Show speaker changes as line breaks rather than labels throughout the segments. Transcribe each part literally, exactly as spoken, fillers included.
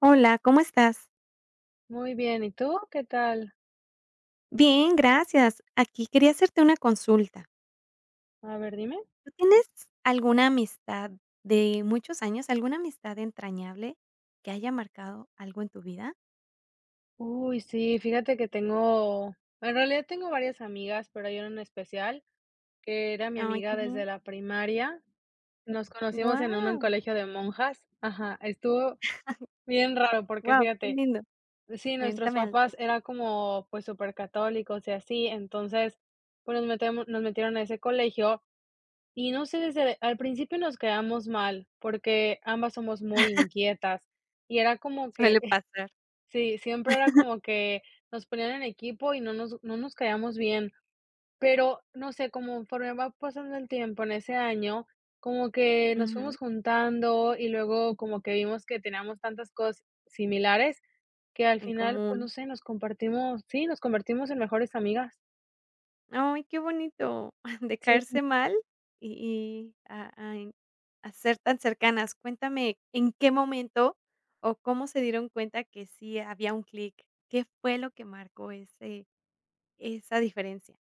Hola, ¿cómo estás?
Muy bien, ¿y tú qué tal?
Bien, gracias. Aquí quería hacerte una consulta.
A ver, dime.
¿Tú tienes alguna amistad de muchos años, alguna amistad entrañable que haya marcado algo en tu vida?
Uy, sí, fíjate que tengo, en realidad tengo varias amigas, pero hay una en especial que era mi
Ay,
amiga
qué
desde
bien.
la primaria. Nos conocimos en un, en
Guau,
colegio de monjas. Ajá, estuvo bien raro porque
guau, qué
fíjate,
lindo.
sí, nuestros
Cuéntame al
papás eran
respecto.
como pues supercatólicos y así, entonces pues nos metemos, nos metieron a ese colegio y no sé, desde al principio nos quedamos mal porque ambas somos muy inquietas y era como que.
Suele pasar.
Sí, siempre era como que nos ponían en equipo y no nos no nos caíamos bien, pero no sé, como conforme va pasando el tiempo en ese año, como que nos fuimos
Ujú,
juntando y luego como que vimos que teníamos tantas cosas similares que al
en
final, pues
común.
no sé, nos compartimos sí, nos convertimos en mejores amigas.
Ay, qué bonito. De
Sí.
caerse mal y y a a en a ser tan cercanas. Cuéntame, ¿en qué momento o cómo se dieron cuenta que sí había un clic? ¿Qué fue lo que marcó ese esa diferencia?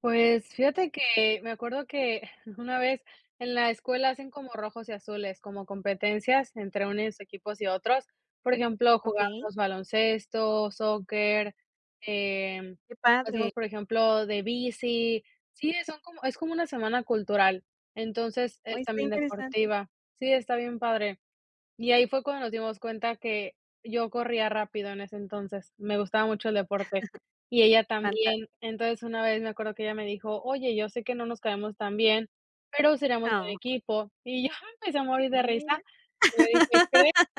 Pues fíjate que me acuerdo que una vez en la escuela hacen como rojos y azules, como competencias entre unos equipos y otros. Por ejemplo,
Okey,
jugamos baloncesto, soccer, em,
qué padre.
hacemos, por ejemplo, de bici. Sí, son como, es como una semana cultural, entonces
Hoy
es
está
también
interesante.
deportiva. Sí, está bien padre. Y ahí fue cuando nos dimos cuenta que yo corría rápido en ese entonces, me gustaba mucho el deporte y ella también.
Fantástico.
Entonces, una vez me acuerdo que ella me dijo: "Oye, yo sé que no nos caemos tan bien, pero seríamos buen
Ah,
equipo". Y yo me empecé a morir de
mira.
risa. Y le dije: "¿Crees?".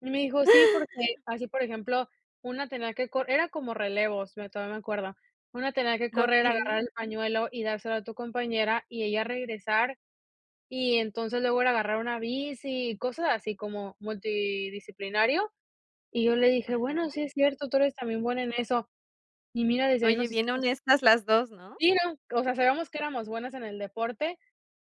Y me dijo: "Sí, porque así, por ejemplo, una tenía que correr, era como relevos, me todavía me acuerdo. Una tenía que correr, agarrar
Okey.
el pañuelo y dárselo a tu compañera y ella regresar y entonces luego era agarrar una bici y cosas así como multidisciplinario". Y yo le dije:
Ajá.
"Bueno, sí es cierto, tú eres también buena en eso". Y mira, desde ahí
Oye,
nos
bien
hicimos.
honestas las dos, ¿no?
Sí, no, o sea, sabíamos que éramos buenas en el deporte,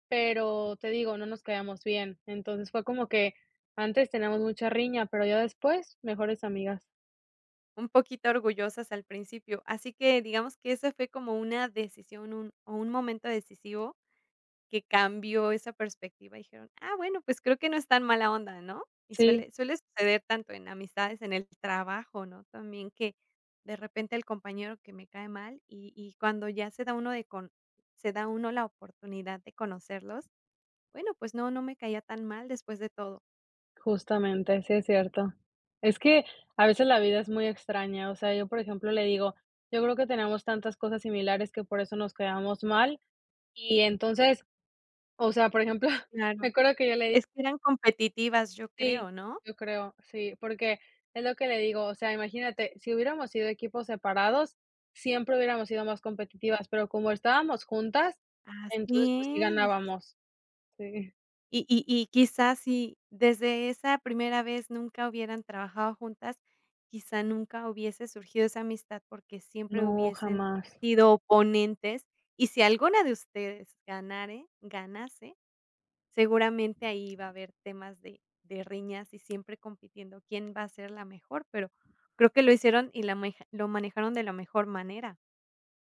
pero te digo, no nos caíamos bien. Entonces fue como que antes teníamos mucha riña, pero ya después, mejores amigas.
Un poquito orgullosas al principio. Así que digamos que esa fue como una decisión, un o un momento decisivo que cambió esa perspectiva. Dijeron: "Ah, bueno, pues creo que no es tan mala onda", ¿no? Y
Sí,
suele suele suceder tanto en amistades, en el trabajo, ¿no? También que de repente el compañero que me cae mal y y cuando ya se da uno de con se da uno la oportunidad de conocerlos, bueno, pues no, no me caía tan mal después de todo.
justamente, sí es cierto. Es que a veces la vida es muy extraña. O sea, yo, por ejemplo, le digo: "Yo creo que tenemos tantas cosas similares que por eso nos quedamos mal". Y entonces, o sea, por ejemplo, me
Claro.
acuerdo que yo le di,
Es que eran competitivas, yo
sí,
creo, ¿no?
yo creo, sí, porque es lo que le digo, o sea, imagínate, si hubiéramos sido equipos separados, siempre hubiéramos sido más competitivas, pero como estábamos juntas, entonces, pues, sí
Así es.
ganábamos. Sí.
Y y y quizás si desde esa primera vez nunca hubieran trabajado juntas, quizá nunca hubiese surgido esa amistad porque siempre
No,
hubiesen
jamás.
sido oponentes, y si alguna de ustedes ganare ganase, seguramente ahí iba a haber temas de de riñas y siempre compitiendo quién va a ser la mejor, pero creo que lo hicieron y la meja lo manejaron de la mejor manera.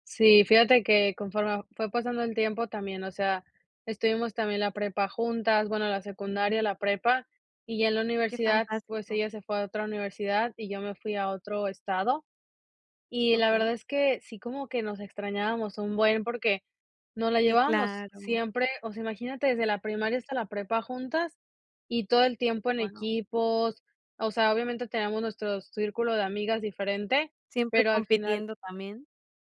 Sí, fíjate que conforme fue pasando el tiempo también, o sea, estuvimos también la prepa juntas, bueno, la secundaria, la prepa, y ya en la
Qué
universidad, pues,
fantástico.
ella se fue a otra universidad y yo me fui a otro estado. Y la verdad
Okey.
es que sí como que nos extrañábamos un buen, porque nos la
Sí,
llevábamos
claro.
siempre, o sea, imagínate desde la primaria hasta la prepa juntas y todo el tiempo en
Wow.
equipos, o sea, obviamente teníamos nuestro círculo de amigas diferente,
Siempre
pero al final,
compitiendo también.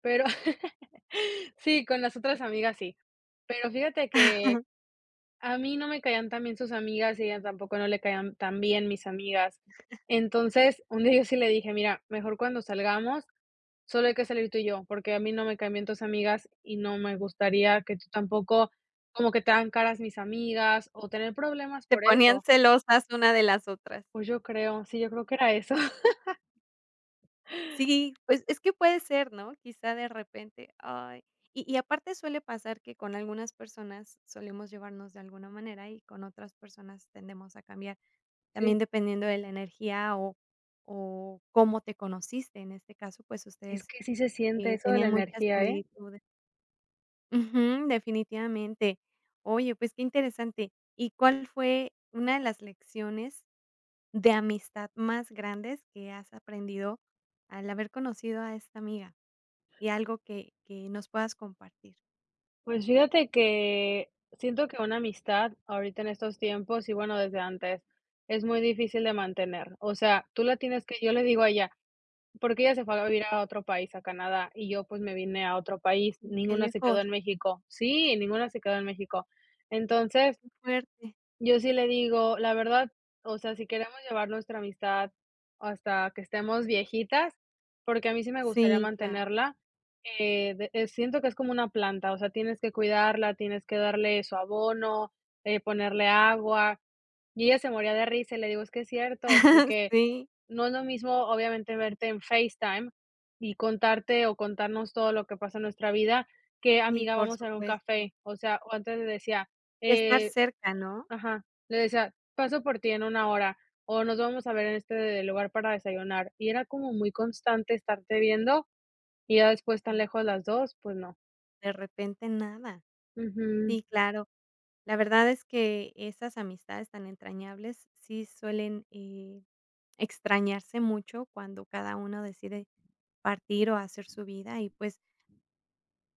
pero sí, con las otras amigas sí, pero fíjate que a mí no me caían tan bien sus amigas y ella tampoco no le caían tan bien mis amigas. Entonces, un día yo sí le dije: "Mira, mejor cuando salgamos, solo hay que salir tú y yo, porque a mí no me caen bien tus amigas y no me gustaría que tú tampoco, como que te hagan caras mis amigas o tener problemas
Se
por
ponían
eso".
celosas una de las otras.
Pues yo creo, sí, yo creo que era eso.
Sí, pues, es que puede ser, ¿no? Quizá de repente, ay, y y aparte suele pasar que con algunas personas solemos llevarnos de alguna manera y con otras personas tendemos a cambiar, también
Sí,
dependiendo de la energía o o cómo te conociste. En este caso, pues,
es
ustedes,
que sí se siente
eh,
eso de la
tenían muchas
energía, ¿eh?
similitudes. Ujú, definitivamente. Oye, pues, qué interesante. ¿Y cuál fue una de las lecciones de amistad más grandes que has aprendido al haber conocido a esta amiga y algo que que nos puedas compartir?
Pues fíjate que siento que una amistad ahorita en estos tiempos y bueno, desde antes es muy difícil de mantener. O sea, tú la tienes que, yo le digo a ella, porque ella se fue a vivir a otro país, a Canadá, y yo, pues, me vine a otro país,
Mm, qué
ninguna se quedó
lejos,
en México. Sí, ninguna se quedó en México. Entonces,
qué fuerte.
yo sí le digo, la verdad, o sea, si queremos llevar nuestra amistad hasta que estemos viejitas, porque a mí sí me gustaría
Sí, claro.
mantenerla, eh, de eh, siento que es como una planta, o sea, tienes que cuidarla, tienes que darle su abono, eh, ponerle agua. Y ella se moría de risa, y le digo: "Es que es cierto, porque
Sí,
no es lo mismo, obviamente, verte en FaceTime y contarte o contarnos todo lo que pasa en nuestra vida que:
y
'Amiga,
por
vamos a ir un
supuesto.
café'". O sea, o antes le decía,
Estar
eh
cerca, ¿no?
ajá, le decía: "Paso por ti en una hora", o "Nos vamos a ver en este lugar para desayunar". Y era como muy constante estarte viendo y ya después tan
Sí,
lejos las dos pues no.
de repente nada.
Ujú.
Sí, claro. La verdad es que esas amistades tan entrañables sí suelen, eh, extrañarse mucho cuando cada uno decide partir o hacer su vida y, pues,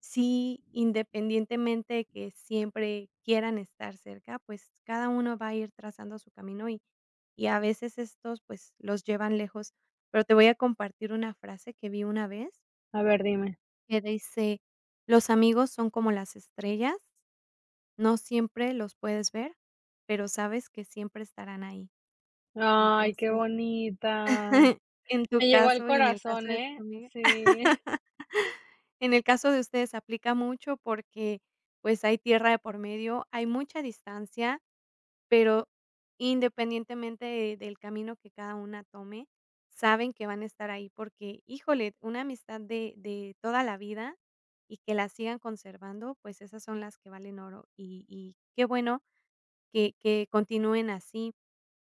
sí, independientemente de que siempre quieran estar cerca, pues, cada uno va a ir trazando su camino y y a veces estos, pues, los llevan lejos. Pero te voy a compartir una frase que vi una vez
A ver, dime.
que dice: "Los amigos son como las estrellas, no siempre los puedes ver, pero sabes que siempre estarán ahí".
Ay, qué
Entonces,
bonita.
en tu
Me llegó al
caso y en el caso
corazón,
de tu
¿eh?
amiga.
Sí.
En el caso de ustedes aplica mucho porque, pues, hay tierra de por medio, hay mucha distancia, pero independientemente de del camino que cada una tome, saben que van a estar ahí porque, híjole, una amistad de de toda la vida y que la sigan conservando, pues, esas son las que valen oro y y qué bueno que que continúen así.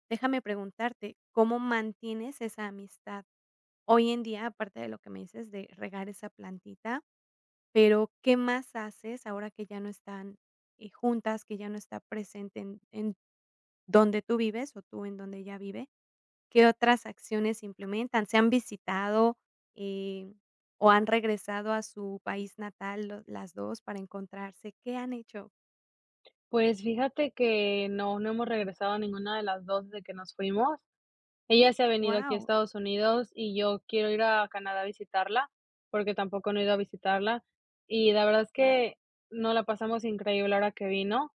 Déjame preguntarte, ¿cómo mantienes esa amistad hoy en día? Aparte de lo que me dices de regar esa plantita. Pero, ¿qué más haces ahora que ya no están, eh, juntas, que ya no está presente en en donde tú vives o tú en donde ella vive? ¿Qué otras acciones implementan? ¿Se han visitado, eh, o han regresado a su país natal lo las dos para encontrarse? ¿Qué han hecho?
Pues fíjate que no, no hemos regresado a ninguna de las dos desde que nos fuimos. Ella se ha venido aquí a
Wow,
Estados Unidos y yo quiero ir a Canadá a visitarla, porque tampoco no he ido a visitarla. Y la verdad es que no, la pasamos increíble ahora que vino,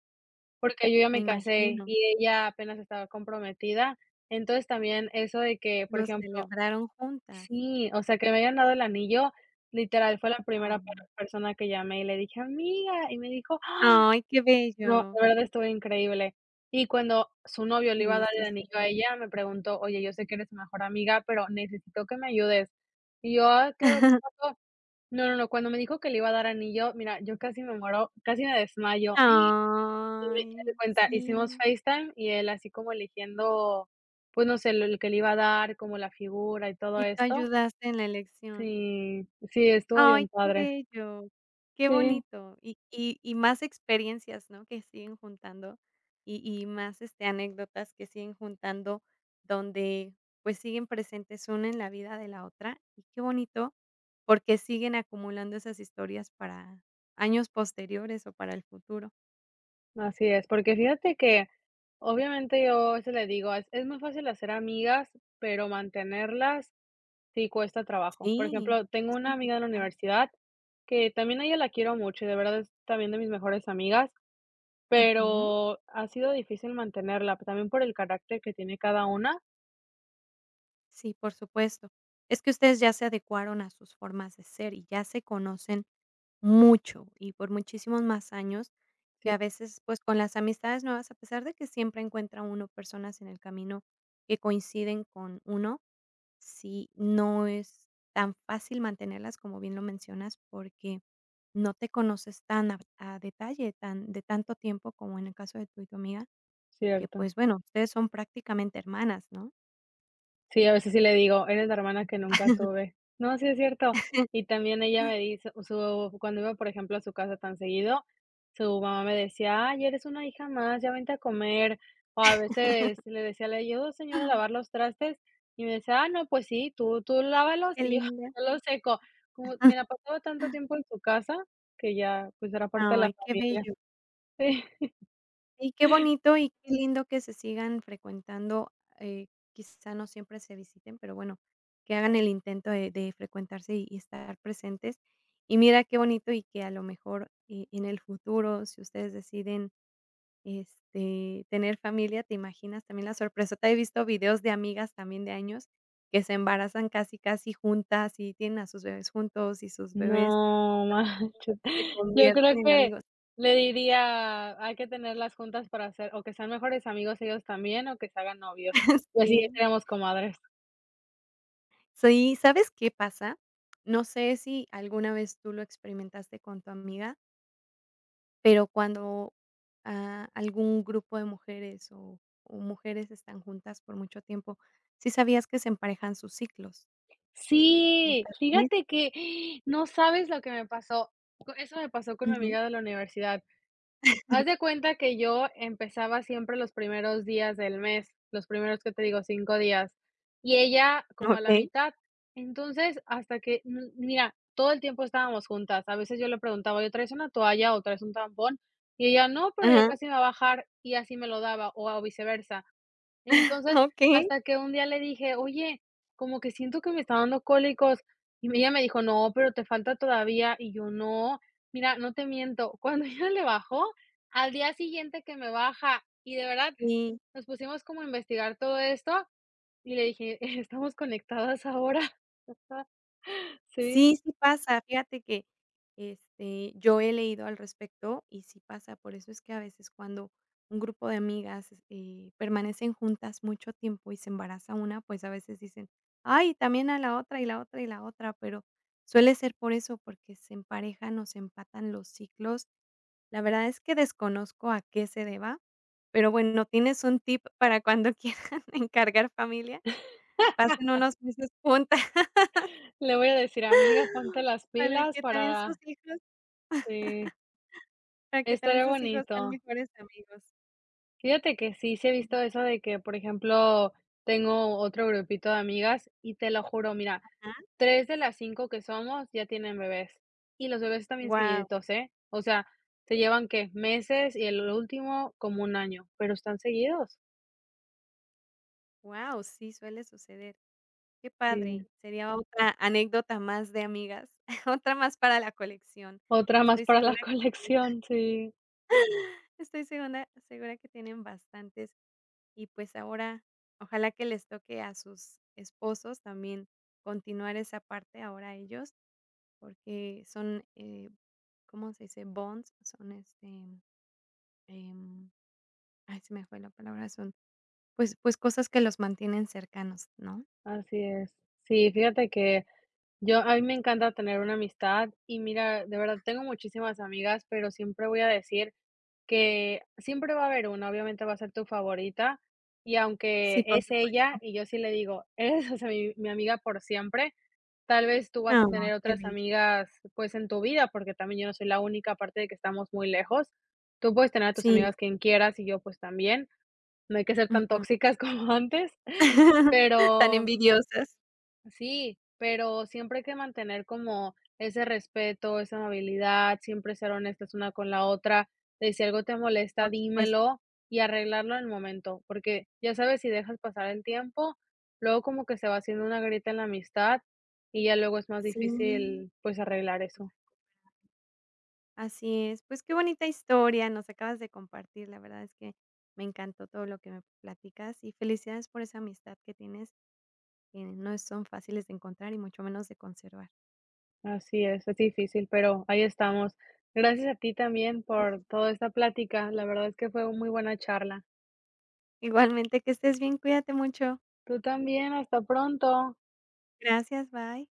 porque yo ya
me
me casé
imagino.
y ella apenas estaba comprometida. Entonces también eso de que, por
Los
ejemplo,
celebraron juntas.
sí, o sea, que me hayan dado el anillo, literal, fue la primera per
Ay,
persona que llamé y le dije: "Amiga", y me dijo:
ay, qué
no,
bello.
la verdad estuvo increíble. Y cuando su novio le iba a
Sí,
dar el
estoy
anillo a
segura.
ella, me preguntó: "Oye, yo sé que eres mi mejor amiga, pero necesito que me ayudes". Y yo: "Ah, claro, ¿qué pasó?". No, no, no, cuando me dijo que le iba a dar anillo, mira, yo casi me muero, casi me desmayo. Y me haz de
Ay,
cuenta, hicimos
sí.
FaceTime y él así como eligiendo, pues, no sé, lo lo que le iba a dar, como la figura y todo
Y tú
esto.
ayudaste en la elección.
Sí, sí, estuvo bien
Ay, qué
padre.
bello, qué
Sí,
bonito. Y y y más experiencias, ¿no?, que siguen juntando, y y más, este, anécdotas que siguen juntando, donde, pues, siguen presentes una en la vida de la otra, y qué bonito, porque siguen acumulando esas historias para años posteriores o para el futuro.
así es, porque fíjate que obviamente, yo se le digo, es es muy fácil hacer amigas, pero mantenerlas sí cuesta trabajo. Por
Sí,
ejemplo, tengo
es
una amiga de la
complicado.
universidad que también a ella la quiero mucho y de verdad es también de mis mejores amigas,
Ujú.
pero ha sido difícil mantenerla, también por el carácter que tiene cada una.
Sí, por supuesto. Es que ustedes ya se adecuaron a sus formas de ser y ya se conocen mucho, y por muchísimos más años,
Sí,
que a veces, pues, con las amistades nuevas, a pesar de que siempre encuentra uno personas en el camino que coinciden con uno, sí, no es tan fácil mantenerlas, como bien lo mencionas, porque no te conoces tan a a detalle, tan de tanto tiempo como en el caso de tú y tu amiga, que,
cierto.
pues, bueno, ustedes son prácticamente hermanas, ¿no?
Sí, a veces sí le digo: "Eres la hermana que nunca tuve". No, sí es cierto. Y también ella me dice su cuando iba, por ejemplo, a su casa tan seguido, su mamá me decía: "Ay, eres una hija más, ya vente a comer". O a veces le decía: "¿Le ayudo, señora, a lavar los trastes?". Y me decía: "Ah, no, pues sí, tú tú lávalos
Qué
y yo
linda.
yo los seco". Como me la pasaba tanto tiempo en su casa que ya, pues, era parte de la
Ay, qué
familia.
bello. Y qué bonito y qué lindo que se sigan frecuentando, eh, quizá no siempre se visiten, pero bueno, que hagan el intento de de frecuentarse y y estar presentes. Y mira qué bonito y que a lo mejor, eh, en el futuro, si ustedes deciden, este, tener familia, ¿te imaginas también la sorpresa te He visto videos de amigas también de años que se embarazan casi, casi juntas y tienen a sus bebés juntos y sus bebés
No manches.
se
Yo creo
convierten en
que
amigos.
le diría: "Hay que tener las juntas para hacer o que sean mejores amigos ellos también, o que se hagan novios". Y así ya
Sí.
seríamos comadres.
Sí, ¿sabes qué pasa? No sé si alguna vez tú lo experimentaste con tu amiga, pero cuando, ah, algún grupo de mujeres o o mujeres están juntas por mucho tiempo, ¿sí sabías que se emparejan sus ciclos de
Sí,
cada mes?
fíjate que no sabes lo que me pasó. Co Eso me pasó con mi
Ujú.
amiga de la universidad. Haz de cuenta que yo empezaba siempre los primeros días del mes, los primeros que te digo, cinco días, y ella como a la
Okey.
mitad. Entonces, hasta que, mm, mira, todo el tiempo estábamos juntas. A veces yo le preguntaba: "Oye, ¿traes una toalla o traes un tampón?". Y ella: "No, pero ya
Ajá.
casi me va a bajar", y así me lo daba, o a viceversa. Entonces,
Okey.
hasta que un día le dije: "Oye, como que siento que me está dando cólicos", y me ella me dijo: "No, pero te falta todavía", y yo: "No". Mira, no te miento, cuando ella le bajó, al día siguiente que me baja, y de verdad
Sí.
nos pusimos como a investigar todo esto, y le dije: "Estamos conectadas ahora". Sí,
Sí, sí pasa. Fíjate que, este, yo he leído al respecto y sí pasa. Por eso es que a veces cuando un grupo de amigas, eh, permanecen juntas mucho tiempo y se embaraza una, pues, a veces dicen: "Ay, también a la otra, y la otra, y la otra", pero suele ser por eso, porque se emparejan o se empatan los ciclos. La verdad es que desconozco a qué se deba, pero bueno, ¿tienes un tip para cuando quieran encargar familia? Pasen unos meses juntas
le voy a decir: "Amiga, ponte las
para
pilas
que también sus
para,
hijos.
eh,
Para que también
estaría
sus hijos sean
bonito".
mejores amigos.
Fíjate que sí, sí he visto eso de que, por ejemplo, tengo otro grupito de amigas y te lo juro, mira, tres de las cinco que somos ya tienen bebés y los bebés
Wow,
también
wow,
seguiditos, ¿eh? O sea, se llevan, ¿qué? Meses y el último como un año, pero están seguidos.
sí, suele suceder. Qué padre.
Sí,
Sería otra anécdota más de amigas, otra más para la colección,
otra
que
más
estoy
para
segura
la
que tienen
colección, sí,
estoy segura segura que tienen bastantes. Y, pues, ahora, ojalá que les toque a sus esposos también continuar esa parte ahora ellos, porque son, eh, ¿cómo se dice? Bonds, son, este, em, ay, se me fue la palabra, son. Pues pues cosas que los mantienen cercanos, ¿no?
así es. Sí, fíjate que yo, a mí me encanta tener una amistad y mira, de verdad tengo muchísimas amigas, pero siempre voy a decir que siempre va a haber una, obviamente va a ser tu favorita, y aunque
Sí, por
es
supuesto.
ella y yo sí le digo, eres, o sea, mi, mi amiga por siempre, tal vez tú vas
Ah,
a tener
qué
otras
bello.
amigas pues en tu vida, porque también yo no soy la única, aparte de que estamos muy lejos, tú puedes tener a tus
Sí,
amigas quien quieras y yo pues también, no hay que ser tan
ujú.
tóxicas como antes,
Tan
pero.
envidiosas,
Sí, pero siempre hay que mantener como ese respeto, esa amabilidad, siempre ser honestas una con la otra, de si algo te molesta,
por supuesto.
dímelo y arreglarlo en el momento, porque ya sabes, si dejas pasar el tiempo, luego como que se va haciendo una grieta en la amistad y ya luego es más
Sí,
difícil pues arreglar eso.
así es. Pues qué bonita historia nos acabas de compartir. La verdad es que me encantó todo lo que me platicas y felicidades por esa amistad que tienes, que no son fáciles de encontrar y mucho menos de conservar.
Así es, es difícil, pero ahí estamos. Gracias a ti también
Qué bueno.
por toda esta plática, la verdad es que fue muy buena charla.
Igualmente, que estés bien, cuídate mucho.
Tú también, hasta pronto.
Gracias, bye.